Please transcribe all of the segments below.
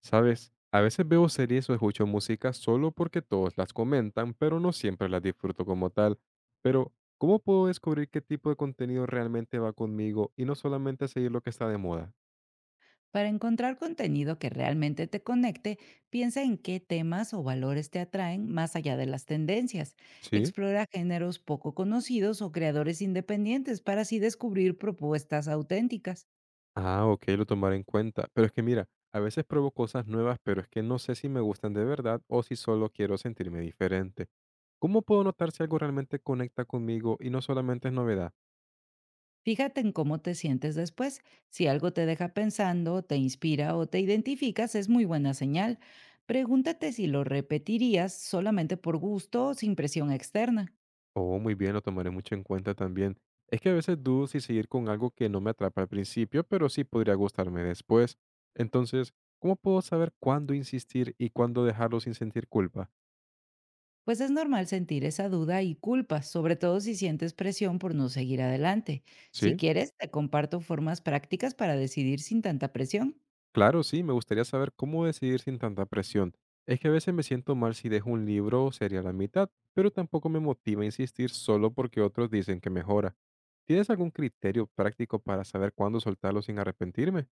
Sabes, a veces veo series o escucho música solo porque todos las comentan, pero no siempre las disfruto como tal. Pero, ¿cómo puedo descubrir qué tipo de contenido realmente va conmigo y no solamente seguir lo que está de moda? Para encontrar contenido que realmente te conecte, piensa en qué temas o valores te atraen más allá de las tendencias. ¿Sí? Explora géneros poco conocidos o creadores independientes para así descubrir propuestas auténticas. Ah, ok, lo tomaré en cuenta. Pero es que mira, a veces pruebo cosas nuevas, pero es que no sé si me gustan de verdad o si solo quiero sentirme diferente. ¿Cómo puedo notar si algo realmente conecta conmigo y no solamente es novedad? Fíjate en cómo te sientes después. Si algo te deja pensando, te inspira o te identificas, es muy buena señal. Pregúntate si lo repetirías solamente por gusto o sin presión externa. Oh, muy bien, lo tomaré mucho en cuenta también. Es que a veces dudo si seguir con algo que no me atrapa al principio, pero sí podría gustarme después. Entonces, ¿cómo puedo saber cuándo insistir y cuándo dejarlo sin sentir culpa? Pues es normal sentir esa duda y culpa, sobre todo si sientes presión por no seguir adelante. Si Sí, quieres, te comparto formas prácticas para decidir sin tanta presión. claro, sí, me gustaría saber cómo decidir sin tanta presión. Es que a veces me siento mal si dejo un libro o serie a la mitad, pero tampoco me motiva a insistir solo porque otros dicen que mejora. ¿Tienes algún criterio práctico para saber cuándo soltarlo sin arrepentirme?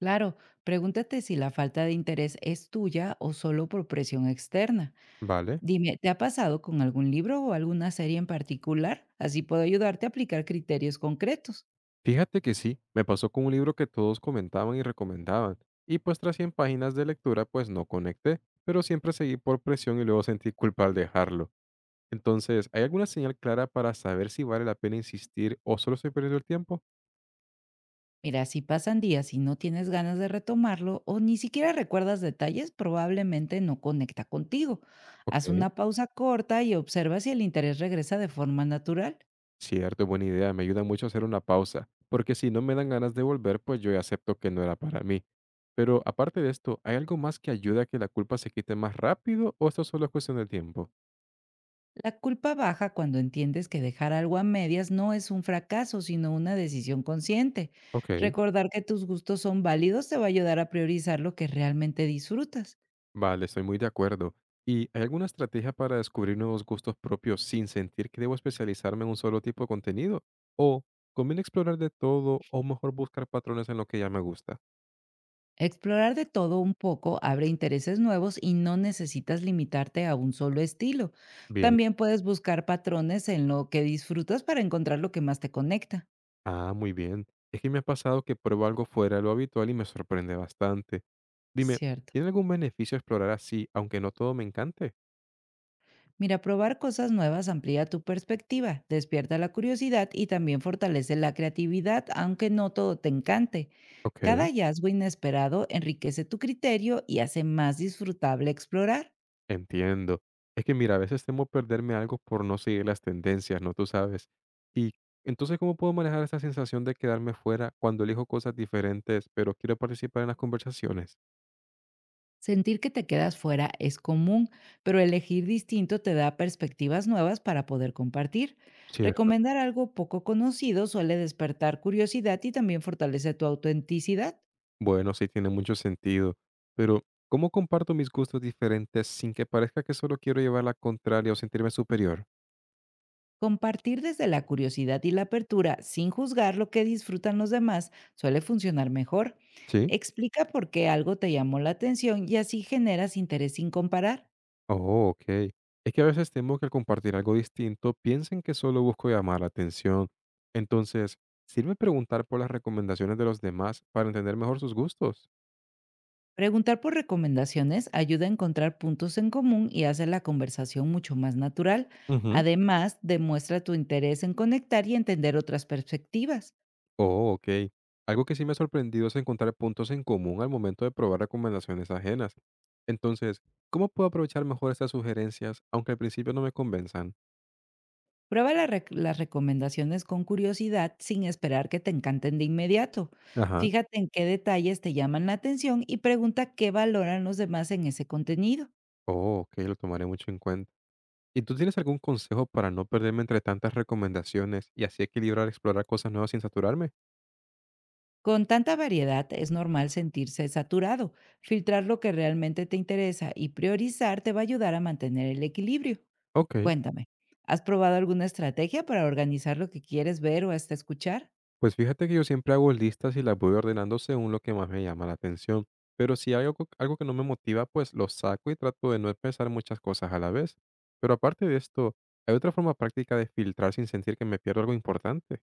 Claro, pregúntate si la falta de interés es tuya o solo por presión externa. Vale. Dime, ¿te ha pasado con algún libro o alguna serie en particular? Así puedo ayudarte a aplicar criterios concretos. Fíjate que sí, me pasó con un libro que todos comentaban y recomendaban, y pues tras 100 páginas de lectura pues no conecté, pero siempre seguí por presión y luego sentí culpa al dejarlo. Entonces, ¿hay alguna señal clara para saber si vale la pena insistir o solo estoy perdiendo el tiempo? Mira, si pasan días y no tienes ganas de retomarlo o ni siquiera recuerdas detalles, probablemente no conecta contigo. Ok, Haz una pausa corta y observa si el interés regresa de forma natural. cierto, buena idea, me ayuda mucho hacer una pausa, porque si no me dan ganas de volver, pues yo ya acepto que no era para mí. Pero aparte de esto, ¿hay algo más que ayuda a que la culpa se quite más rápido o esto solo es cuestión de tiempo? La culpa baja cuando entiendes que dejar algo a medias no es un fracaso, sino una decisión consciente. Ok. Recordar que tus gustos son válidos te va a ayudar a priorizar lo que realmente disfrutas. Vale, estoy muy de acuerdo. ¿Y hay alguna estrategia para descubrir nuevos gustos propios sin sentir que debo especializarme en un solo tipo de contenido? ¿O conviene explorar de todo o mejor buscar patrones en lo que ya me gusta? Explorar de todo un poco abre intereses nuevos y no necesitas limitarte a un solo estilo. Bien. También puedes buscar patrones en lo que disfrutas para encontrar lo que más te conecta. Ah, muy bien. Es que me ha pasado que pruebo algo fuera de lo habitual y me sorprende bastante. Dime, Cierto. ¿tiene algún beneficio explorar así, aunque no todo me encante? Mira, probar cosas nuevas amplía tu perspectiva, despierta la curiosidad y también fortalece la creatividad, aunque no todo te encante. Ok. Cada hallazgo inesperado enriquece tu criterio y hace más disfrutable explorar. Entiendo. Es que mira, a veces temo perderme algo por no seguir las tendencias, ¿no? Tú sabes. Y entonces, ¿cómo puedo manejar esa sensación de quedarme fuera cuando elijo cosas diferentes, pero quiero participar en las conversaciones? Sentir que te quedas fuera es común, pero elegir distinto te da perspectivas nuevas para poder compartir. Cierto. Recomendar algo poco conocido suele despertar curiosidad y también fortalece tu autenticidad. Bueno, sí tiene mucho sentido. Pero, ¿cómo comparto mis gustos diferentes sin que parezca que solo quiero llevar la contraria o sentirme superior? Compartir desde la curiosidad y la apertura sin juzgar lo que disfrutan los demás suele funcionar mejor. Sí. Explica por qué algo te llamó la atención y así generas interés sin comparar. Oh, ok. Es que a veces temo que al compartir algo distinto piensen que solo busco llamar la atención. Entonces, ¿sirve preguntar por las recomendaciones de los demás para entender mejor sus gustos? Preguntar por recomendaciones ayuda a encontrar puntos en común y hace la conversación mucho más natural. Ujú. Además, demuestra tu interés en conectar y entender otras perspectivas. Oh, ok. Algo que sí me ha sorprendido es encontrar puntos en común al momento de probar recomendaciones ajenas. Entonces, ¿cómo puedo aprovechar mejor estas sugerencias, aunque al principio no me convenzan? Prueba las recomendaciones con curiosidad sin esperar que te encanten de inmediato. Ajá. Fíjate en qué detalles te llaman la atención y pregunta qué valoran los demás en ese contenido. Oh, ok, lo tomaré mucho en cuenta. ¿Y tú tienes algún consejo para no perderme entre tantas recomendaciones y así equilibrar explorar cosas nuevas sin saturarme? Con tanta variedad es normal sentirse saturado. Filtrar lo que realmente te interesa y priorizar te va a ayudar a mantener el equilibrio. Ok, Cuéntame, ¿has probado alguna estrategia para organizar lo que quieres ver o hasta escuchar? pues fíjate que yo siempre hago listas y las voy ordenando según lo que más me llama la atención, pero si hay algo que no me motiva, pues lo saco y trato de no pensar muchas cosas a la vez. Pero aparte de esto, ¿hay otra forma práctica de filtrar sin sentir que me pierdo algo importante?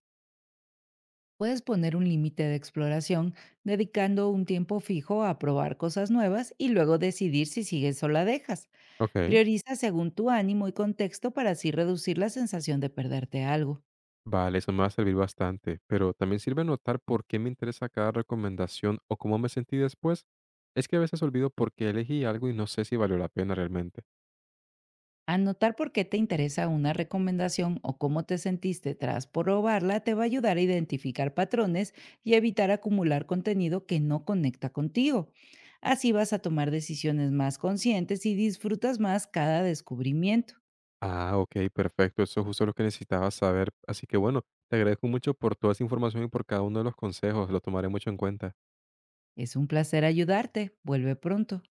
Puedes poner un límite de exploración, dedicando un tiempo fijo a probar cosas nuevas y luego decidir si sigues o la dejas. Ok, Prioriza según tu ánimo y contexto para así reducir la sensación de perderte algo. vale, eso me va a servir bastante, pero también sirve notar por qué me interesa cada recomendación o cómo me sentí después. Es que a veces olvido por qué elegí algo y no sé si valió la pena realmente. Anotar por qué te interesa una recomendación o cómo te sentiste tras probarla te va a ayudar a identificar patrones y evitar acumular contenido que no conecta contigo. Así vas a tomar decisiones más conscientes y disfrutas más cada descubrimiento. Ah, ok, perfecto. Eso es justo lo que necesitaba saber. Así que bueno, te agradezco mucho por toda esa información y por cada uno de los consejos. Lo tomaré mucho en cuenta. Es un placer ayudarte. Vuelve pronto.